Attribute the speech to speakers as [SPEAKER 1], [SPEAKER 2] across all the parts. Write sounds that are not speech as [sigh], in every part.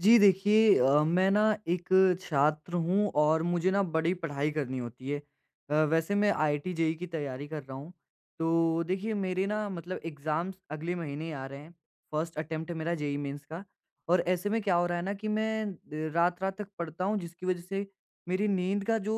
[SPEAKER 1] जी देखिए मैं ना एक छात्र हूँ और मुझे ना बड़ी पढ़ाई करनी होती है। वैसे मैं आईआईटी जेई की तैयारी कर रहा हूँ। तो देखिए मेरे ना मतलब एग्ज़ाम्स अगले महीने आ रहे हैं। फर्स्ट अटेम्प्ट है मेरा जेई मेंस का। और ऐसे में क्या हो रहा है ना कि मैं रात रात तक पढ़ता हूँ, जिसकी वजह से मेरी नींद का जो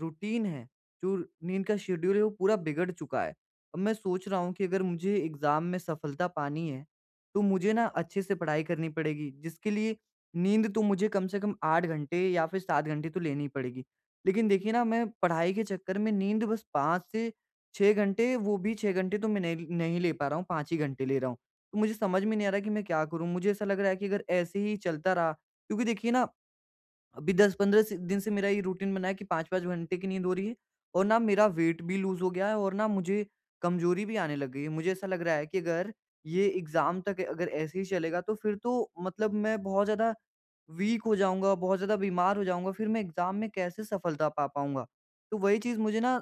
[SPEAKER 1] रूटीन है, जो नींद का शेड्यूल है वो पूरा बिगड़ चुका है। अब मैं सोच रहा हूँ कि अगर मुझे एग्ज़ाम में सफलता पानी है तो मुझे ना अच्छे से पढ़ाई करनी पड़ेगी, जिसके लिए नींद तो मुझे कम से कम 8 घंटे या फिर 7 घंटे तो लेनी पड़ेगी। लेकिन देखिए ना मैं पढ़ाई के चक्कर में नींद बस 5 से 6 घंटे, वो भी 6 घंटे तो मैं नहीं नहीं ले पा रहा हूँ, 5 ही घंटे ले रहा हूँ। तो मुझे समझ में नहीं आ रहा कि मैं क्या करूँ? मुझे ऐसा लग रहा है कि अगर ऐसे ही चलता रहा, क्योंकि देखिए ना अभी 10-15 से दिन से मेरा ये रूटीन बना है कि 5-5 घंटे की नींद हो रही है और ना मेरा वेट भी लूज़ हो गया है और ना मुझे कमज़ोरी भी आने लग गई है। मुझे ऐसा लग रहा है कि अगर ये एग्ज़ाम तक अगर ऐसे ही चलेगा तो फिर तो मतलब मैं बहुत ज़्यादा वीक हो जाऊँगा, बहुत ज़्यादा बीमार हो जाऊँगा, फिर मैं एग्ज़ाम में कैसे सफलता पा पाऊँगा? तो वही चीज़ मुझे ना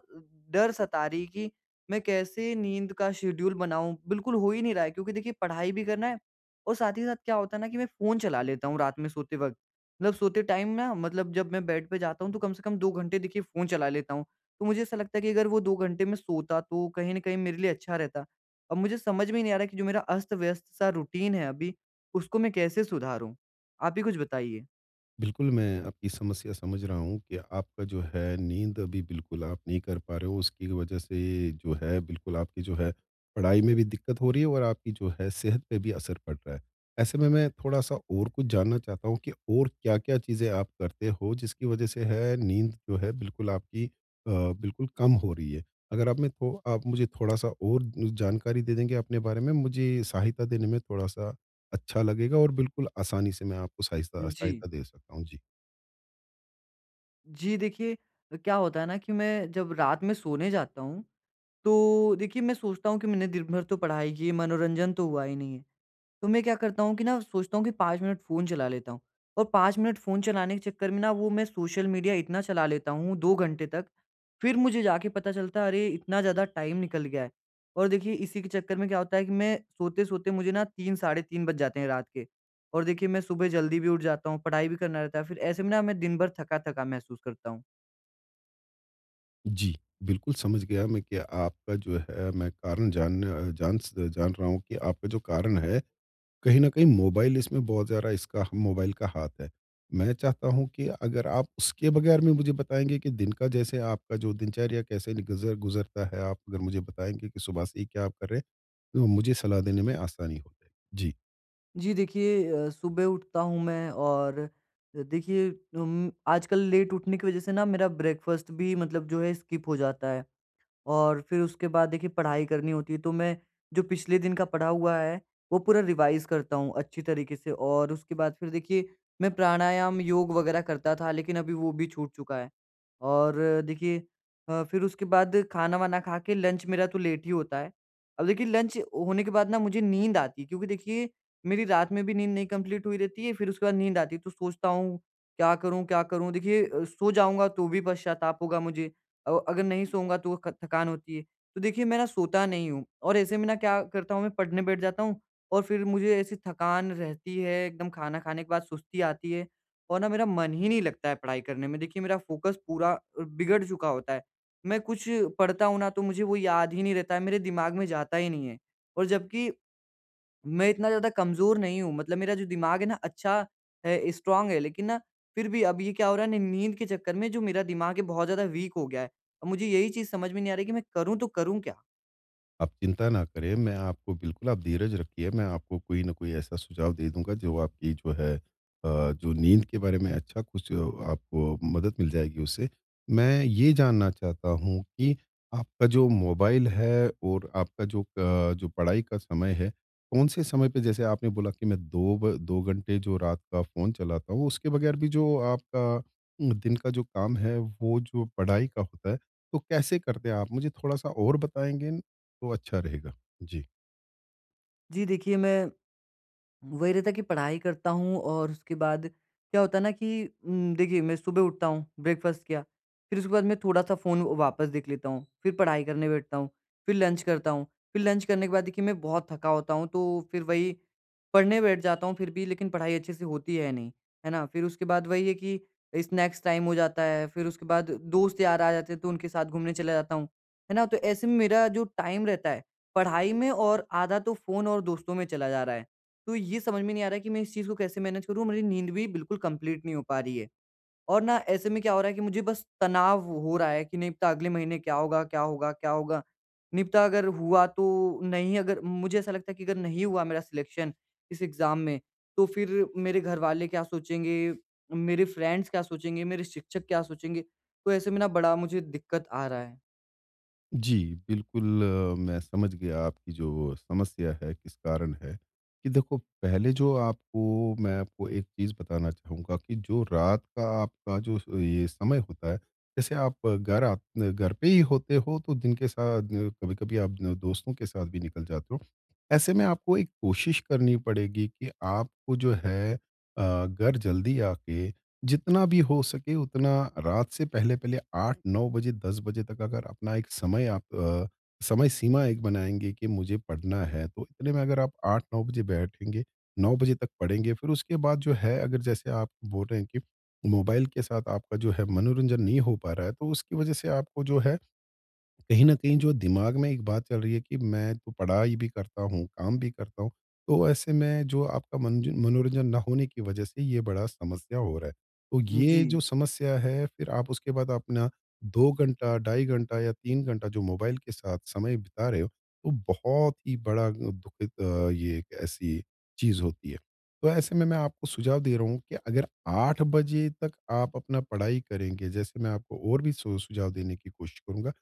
[SPEAKER 1] डर सता रही कि मैं कैसे नींद का शेड्यूल बनाऊँ? बिल्कुल हो ही नहीं रहा है, क्योंकि देखिए पढ़ाई भी करना है और साथ ही साथ क्या होता है ना कि मैं फ़ोन चला लेता हूँ रात में सोते वक़्त। मतलब सोते टाइम ना मतलब जब मैं बेड पे जाता हूँ तो कम से कम 2 घंटे देखिए फ़ोन चला लेता हूँ। तो मुझे ऐसा लगता है कि अगर वो 2 घंटे मैं सोता तो कहीं न कहीं मेरे लिए अच्छा रहता। अब मुझे समझ में ही नहीं आ रहा कि जो मेरा अस्त-व्यस्त सा रूटीन है अभी, उसको मैं कैसे सुधारूँ? आप ही कुछ बताइए?
[SPEAKER 2] बिल्कुल, मैं आपकी समस्या समझ रहा हूँ कि आपका जो है नींद अभी बिल्कुल आप नहीं कर पा रहे हो, उसकी वजह से जो है बिल्कुल आपकी जो है पढ़ाई में भी दिक्कत हो रही है और आपकी जो है सेहत पे भी असर पड़ रहा है। ऐसे में मैं थोड़ा-सा और कुछ जानना चाहता हूँ कि और क्या-क्या चीज़ें आप करते हो जिसकी वजह से है नींद जो है बिल्कुल आपकी बिल्कुल कम हो रही है? अगर आप में थो आप मुझे थोड़ा-सा और जानकारी दे देंगे अपने बारे में, मुझे सहायता देने में थोड़ा-सा अच्छा लगेगा और बिल्कुल आसानी से मैं आपको सहायता
[SPEAKER 1] जी।
[SPEAKER 2] सहायता दे सकता हूँ। जी।
[SPEAKER 1] जी, देखिए क्या होता है ना कि मैं जब रात में सोने जाता हूँ, तो देखिए मैं सोचता हूँ कि मैंने दिन भर तो पढ़ाई की, मनोरंजन तो हुआ ही नहीं है। तो मैं क्या करता हूँ कि ना सोचता हूँ कि 5 मिनट फ़ोन चला लेता हूँ और 5 मिनट फ़ोन चलाने के चक्कर में ना वो मैं सोशल मीडिया इतना चला लेता हूँ 2 घंटे तक। फिर मुझे जाके पता चलता है, अरे! इतना ज़्यादा टाइम निकल गया है। और देखिए इसी के चक्कर में क्या होता है कि मैं सोते-सोते मुझे ना 3 साढ़े 3 बज जाते हैं रात के। और देखिए मैं सुबह जल्दी भी उठ जाता हूँ, पढ़ाई भी करना रहता है। फिर ऐसे में ना मैं दिन भर थका-थका महसूस करता हूँ।
[SPEAKER 2] जी, बिल्कुल समझ गया मैं कि आपका जो है मैं कारण जान अ, जान स जान रहा हूँ कि आपका जो कारण है, कहीं न कहीं मोबाइल इसमें बहुत ज़्यादा इसका मोबाइल का हाथ है। मैं चाहता हूँ कि अगर आप उसके बगैर में मुझे बताएँगे कि दिन का जैसे आपका जो दिनचर्या कैसे गुज़रता है, आप अगर मुझे बताएँगे कि सुबह से ही क्या आप कर रहे हैं, तो मुझे सलाह देने में आसानी हो जाएगी। जी।
[SPEAKER 1] जी देखिए सुबह उठता हूँ मैं और देखिए आजकल लेट उठने की वजह से ना मेरा ब्रेकफास्ट भी मतलब जो है स्किप हो जाता है। और फिर उसके बाद देखिए पढ़ाई करनी होती है, तो मैं जो पिछले दिन का पढ़ा हुआ है, वो पूरा रिवाइज़ करता हूँ अच्छी तरीके से और उसके बाद फिर देखिए मैं प्राणायाम, योग वगैरह करता था, लेकिन अभी वो भी छूट चुका है। और देखिए फिर उसके बाद खाना-वाना खा के लंच मेरा तो लेट ही होता है। अब देखिए लंच होने के बाद ना मुझे नींद आती है, क्योंकि देखिए मेरी रात में भी नींद नहीं कंप्लीट हुई रहती है, फिर उसके बाद नींद आती है, तो सोचता हूँ क्या करूँ, क्या करूँ? देखिए सो जाऊँगा तो भी पश्चाताप होगा मुझे, अगर नहीं सोऊँगा तो ख थकान होती है। तो देखिए मैं ना सोता नहीं हूँ और ऐसे में ना क्या करता हूँ मैं पढ़ने बैठ जाता हूँ और फिर मुझे ऐसी थकान रहती है, एकदम खाना खाने के बाद सुस्ती आती है और ना मेरा मन ही नहीं लगता है पढ़ाई करने में। देखिए मेरा फ़ोकस पूरा बिगड़ चुका होता है। मैं कुछ पढ़ता हूँ ना तो मुझे वो याद ही नहीं रहता है, मेरे दिमाग में जाता ही नहीं है। और जबकि मैं इतना ज़्यादा कमज़ोर नहीं हूँ, मतलब मेरा जो दिमाग है ना अच्छा स्ट्रॉन्ग है, लेकिन ना फिर भी अब ये क्या हो रहा है ना नींद के चक्कर में जो मेरा दिमाग है बहुत ज़्यादा वीक हो गया है। अब मुझे यही चीज़ समझ में नहीं आ रही कि मैं करूँ तो करूँ क्या?
[SPEAKER 2] आप चिंता ना करें, मैं आपको बिल्कुल आप धीरज रखिए, मैं आपको कोई ना कोई ऐसा सुझाव दे दूँगा जो आपकी जो है जो नींद के बारे में अच्छा कुछ आपको मदद मिल जाएगी उससे। मैं ये जानना चाहता हूँ कि आपका जो मोबाइल है और आपका जो जो पढ़ाई का समय है, कौन से समय पे जैसे आपने बोला कि मैं 2 घंटे जो रात का फ़ोन चलाता हूँ, उसके बगैर भी जो आपका दिन का जो काम है, वो जो पढ़ाई का होता है, तो कैसे करते हैं आप? मुझे थोड़ा-सा और बताएँगे? तो अच्छा रहेगा। जी।
[SPEAKER 1] जी देखिए, मैं वही रहता है कि पढ़ाई करता हूँ और उसके बाद क्या होता है ना कि देखिए मैं सुबह उठता हूँ, ब्रेकफ़ास्ट किया, फिर उसके बाद मैं थोड़ा-सा फ़ोन वापस देख लेता हूँ, फिर पढ़ाई करने बैठता हूँ, फिर लंच करता हूँ, फिर लंच करने के बाद देखिए मैं बहुत थका होता हूँ, तो फिर वही पढ़ने बैठ जाता हूँ फिर भी, लेकिन पढ़ाई अच्छे से होती है नहीं, है ना? फिर उसके बाद वही है कि स्नैक्स टाइम हो जाता है, फिर उसके बाद दोस्त यार आ जाते हैं तो उनके साथ घूमने चला जाता हूँ, है ना? तो ऐसे में मेरा जो टाइम रहता है पढ़ाई में, और आधा तो फ़ोन और दोस्तों में चला जा रहा है। तो ये समझ में नहीं आ रहा है कि मैं इस चीज़ को कैसे मैनेज करूँ? मेरी नींद भी बिल्कुल कंप्लीट नहीं हो पा रही है। और ना ऐसे में क्या हो रहा है कि मुझे बस तनाव हो रहा है कि नहीं पता अगले महीने क्या होगा, क्या होगा, क्या होगा? नहीं पता अगर हुआ तो नहीं, अगर मुझे ऐसा लगता है कि अगर नहीं हुआ मेरा सिलेक्शन इस एग्ज़ाम में, तो फिर मेरे घरवाले क्या सोचेंगे? मेरे फ्रेंड्स क्या सोचेंगे? मेरे शिक्षक क्या सोचेंगे? तो ऐसे में ना बड़ा मुझे दिक्कत आ रहा है।
[SPEAKER 2] जी, बिल्कुल मैं समझ गया आपकी जो समस्या है, किस कारण है। कि देखो पहले जो आपको मैं आपको एक चीज़ बताना चाहूँगा कि जो रात का आपका जो स ये समय होता है, जैसे आप घर पे ही होते हो तो दिन के साथ कभी-कभी आप दोस्तों के साथ भी निकल जाते हो। ऐसे में आपको एक कोशिश करनी पड़ेगी कि आपको जो है घर जल्दी आके जितना भी हो सके उतना रात से पहले-पहले 8-9 बजे, 10 बजे तक अगर अपना एक समय सीमा एक बनाएँगे कि मुझे पढ़ना है, तो इतने में अगर आप 8-9 बजे बैठेंगे, 9 बजे तक पढ़ेंगे, फिर उसके बाद जो है अगर जैसे आप बोल रहे हैं कि मोबाइल के साथ आपका जो है मनोरंजन नहीं हो पा रहा है, तो उसकी वजह से आपको जो है कहीं न कहीं जो दिमाग में एक बात चल रही है कि मैं तो पढ़ाई भी करता हूँ, काम भी करता हूँ। तो ऐसे में जो आपका मनज मनोरंजन ना होने की वजह से ये बड़ा समस्या हो रहा है। तो ये
[SPEAKER 1] जी,
[SPEAKER 2] जो समस्या है फिर आप उसके बाद अपना 2 घंटा, 2.5 घंटा या 3 घंटा जो मोबाइल के साथ समय बिता रहे हो, तो बहुत ही बड़ा दुखित ये एक ऐसी चीज़ होती है। तो ऐसे में मैं आपको सुझाव दे रहा हूँ कि अगर 8 बजे तक आप अपना पढ़ाई करेंगे, जैसे मैं आपको और भी सु सुझाव देने की कोशिश करूँगा।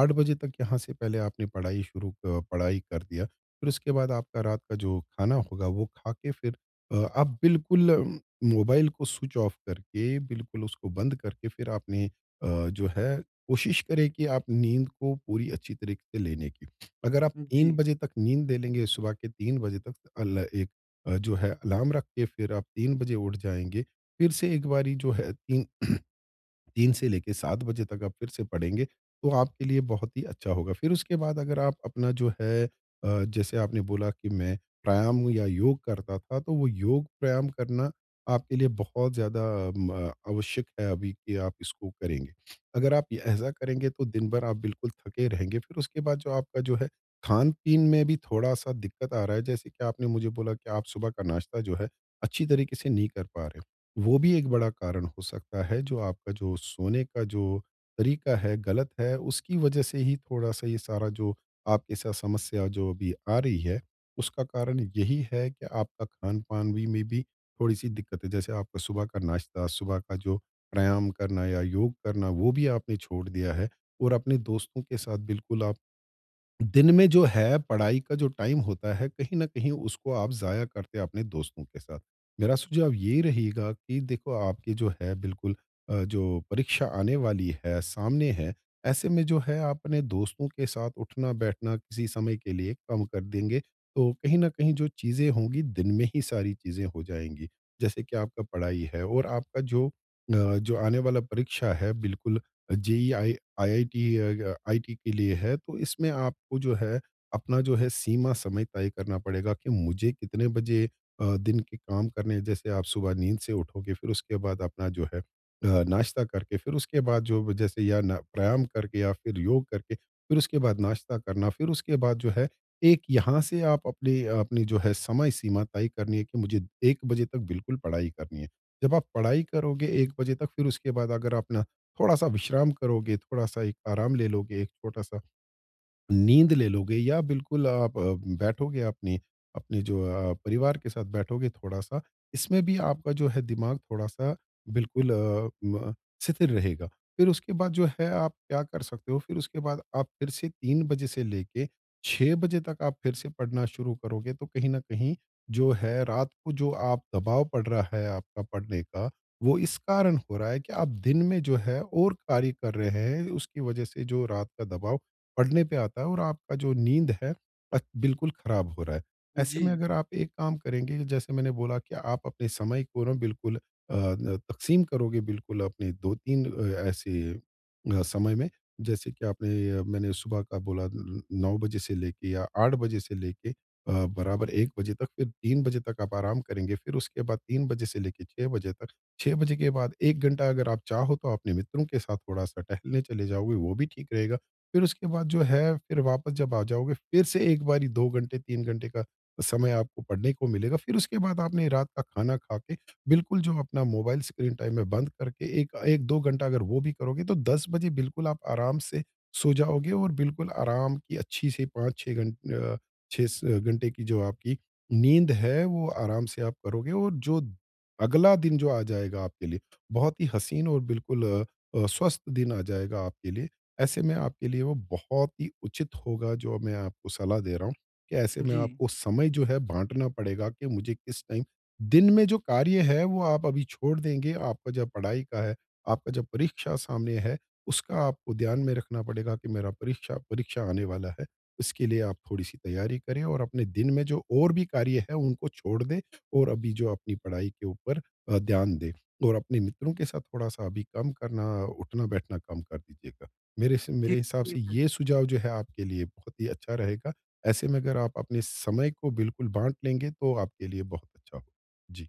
[SPEAKER 2] 8 बजे तक यहाँ से पहले आपने पढ़ाई शुरू क पढ़ाई कर दिया, फिर उसके बाद आपका रात का जो खाना होगा वो खा के फिर आप बिल्कुल मोबाइल को स्विच ऑफ करके, बिल्कुल उसको बंद करके फिर आपने जो है कोशिश करें कि आप नींद को पूरी अच्छी तरीके से लेने की। अगर आप 3
[SPEAKER 1] जी,
[SPEAKER 2] बजे तक नींद ले लेंगे, सुबह के 3 बजे तक अल एक जो है अलार्म रख के फिर आप 3 बजे उठ जाएँगे, फिर से एक बारी जो है तीन [clears throat] 3 से लेके 7 बजे तक आप फिर से पढ़ेंगे, तो आपके लिए बहुत ही अच्छा होगा। फिर उसके बाद अगर आप अपना जो है जैसे आपने बोला कि मैं प्राणायाम या योग करता था, तो वो योग प्राणायाम करना आपके लिए बहुत ज़्यादा म आवश्यक है अभी कि आप इसको करेंगे। अगर आप ये ऐसा करेंगे तो दिन भर आप बिल्कुल थके रहेंगे। फिर उसके बाद जो आपका जो है खान-पीन में भी थोड़ा-सा दिक्कत आ रहा है, जैसे कि आपने मुझे बोला कि आप सुबह का नाश्ता जो है अच्छी तरीके से नहीं कर पा रहे। वो भी एक बड़ा कारण हो सकता है, जो आपका जो सोने का जो तरीका है, गलत है, उसकी वजह से ही थोड़ा-सा ये सारा जो आपके साथ समस्या जो अभी आ रही है, उसका कारण यही है कि आपका खान-पान भी में भी थोड़ी-सी दिक्कत है। जैसे आपका सुबह का नाश्ता, सुबह का जो प्राणायाम करना या योग करना, वो भी आपने छोड़ दिया है और अपने दोस्तों के साथ बिल्कुल आप दिन में जो है पढ़ाई का जो टाइम होता है कहीं न कहीं उसको आप ज़ाया करते हैं अपने दोस्तों के साथ। मेरा सुझाव ये रहेगा कि देखो आपकी जो है बिल्कुल जो परीक्षा आने वाली है, सामने है, ऐसे में जो है आप अपने दोस्तों के साथ उठना-बैठना किसी समय के लिए कम कर देंगे, तो कहीं न कहीं जो चीज़ें होंगी दिन में ही सारी चीज़ें हो जाएँगी। जैसे कि आपका पढ़ाई है और आपका जो जो आने वाला परीक्षा है बिल्कुल जेईआई आईआईटी आईटी के लिए है, तो इसमें आपको जो है, अपना जो है सीमा समय तय करना पड़ेगा कि मुझे कितने बजे दिन के काम करने हैं। जैसे आप सुबह नींद से उठोगे, फिर उसके बाद अपना जो है नाश्ता करके, फिर उसके बाद जो जैसे या ना प्राणायाम करके या फिर योग करके, फिर उसके बाद नाश्ता करना, फिर उसके बाद जो है एक यहाँ से आप अपनी अपनी जो है समय सीमा तय करनी है कि मुझे 1 बजे तक बिल्कुल पढ़ाई करनी है। जब आप पढ़ाई करोगे 1 बजे तक, फिर उसके बाद अगर अपना थोड़ा-सा विश्राम करोगे, थोड़ा-सा एक आराम ले लोगे, एक छोटा-सा नींद ले लोगे या बिल्कुल आप बैठोगे अपनी अपने जो परिवार के साथ बैठोगे थोड़ा-सा, इसमें भी आपका जो है दिमाग थोड़ा-सा बिल्कुल अ, म स्थिर रहेगा। फिर उसके बाद जो है आप क्या कर सकते हो, फिर उसके बाद आप फिर से 3 बजे से लेके 6 बजे तक आप फिर से पढ़ना शुरू करोगे, तो कहीं न कहीं जो है रात को जो आप दबाव पड़ रहा है आपका पढ़ने का, वो इस कारण हो रहा है कि आप दिन में जो है और कार्य कर रहे हैं, उसकी वजह से जो रात का दबाव पड़ने पे आता है और आपका जो नींद है बिल्कुल ख़राब हो रहा है।
[SPEAKER 1] जी, जी,
[SPEAKER 2] ऐसे में अगर आप एक काम करेंगे जैसे मैंने बोला कि आप अपने समय को ना बिल्कुल तक़सीम करोगे बिल्कुल अपने 2-3 ऐसे समय में, जैसे कि मैंने सुबह का बोला 9 बजे से लेके या 8 बजे से लेके बराबर 1 बजे तक, फिर 3 बजे तक आप आराम करेंगे, फिर उसके बाद 3 बजे से लेके 6 बजे तक, 6 बजे के बाद 1 घंटा अगर आप चाहो तो अपने मित्रों के साथ थोड़ा-सा टहलने चले जाओगे, वो भी ठीक रहेगा। फिर उसके बाद जो है, फिर वापस जब आ जाओगे, फिर से एक बारी 2 घंटे, 3 घंटे का समय आपको पढ़ने को मिलेगा। फिर उसके बाद आपने रात का खाना खा के, बिल्कुल जो अपना मोबाइल स्क्रीन टाइम है, बंद करके एक 1-2 घंटा अगर वो भी करोगे, तो 10 बजे बिल्कुल आप आराम से सो जाओगे और बिल्कुल आराम की अच्छी सी 5-6 अ, 6 स घंटे की जो आपकी नींद है, वो आराम से आप करोगे और जो अगला दिन जो आ जाएगा आपके लिए, बहुत ही हसीन और बिल्कुल स्वस्थ दिन आ जाएगा आपके लिए। ऐसे में आपके लिए वो बहुत ही उचित होगा जो मैं आपको सलाह दे रहा हूँ कि ऐसे में
[SPEAKER 1] जी।
[SPEAKER 2] आपको समय जो है बाँटना पड़ेगा कि मुझे किस टाइम दिन में जो कार्य है वो आप अभी छोड़ देंगे, आपका जब पढ़ाई का है, आपका जब परीक्षा सामने है, उसका आपको ध्यान में रखना पड़ेगा कि मेरा परीक्षा परीक्षा आने वाला है। इसके लिए आप थोड़ी-सी तैयारी करें और अपने दिन में जो और भी कार्य है उनको छोड़ दें और अभी जो अपनी पढ़ाई के ऊपर ध्यान दें और अपने मित्रों के साथ थोड़ा-सा अभी कम करना, उठना-बैठना कम कर दीजिएगा। मेरे से मेरे हिसाब
[SPEAKER 1] जी
[SPEAKER 2] से ये सुझाव जो है आपके लिए बहुत ही अच्छा रहेगा। ऐसे में अगर आप अपने समय को बिल्कुल बाँट लेंगे तो आपके लिए बहुत अच्छा हो। जी,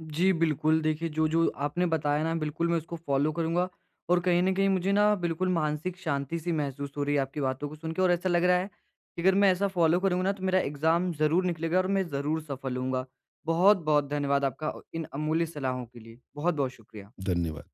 [SPEAKER 1] जी, बिल्कुल। देखिए, जो-जो आपने बताया ना, बिल्कुल मैं उसको फ़ॉलो करूँगा और कहीं न कहीं मुझे ना बिल्कुल मानसिक शांति सी महसूस हो रही है आपकी बातों को सुन के, और ऐसा लग रहा है कि अगर मैं ऐसा फ़ॉलो करूँगा ना, तो मेरा एग्ज़ाम ज़रूर निकलेगा और मैं ज़रूर सफल होऊँगा। बहुत-बहुत धन्यवाद आपका इन अमूल्य सलाहों के लिए। बहुत-बहुत शुक्रिया।
[SPEAKER 2] धन्यवाद।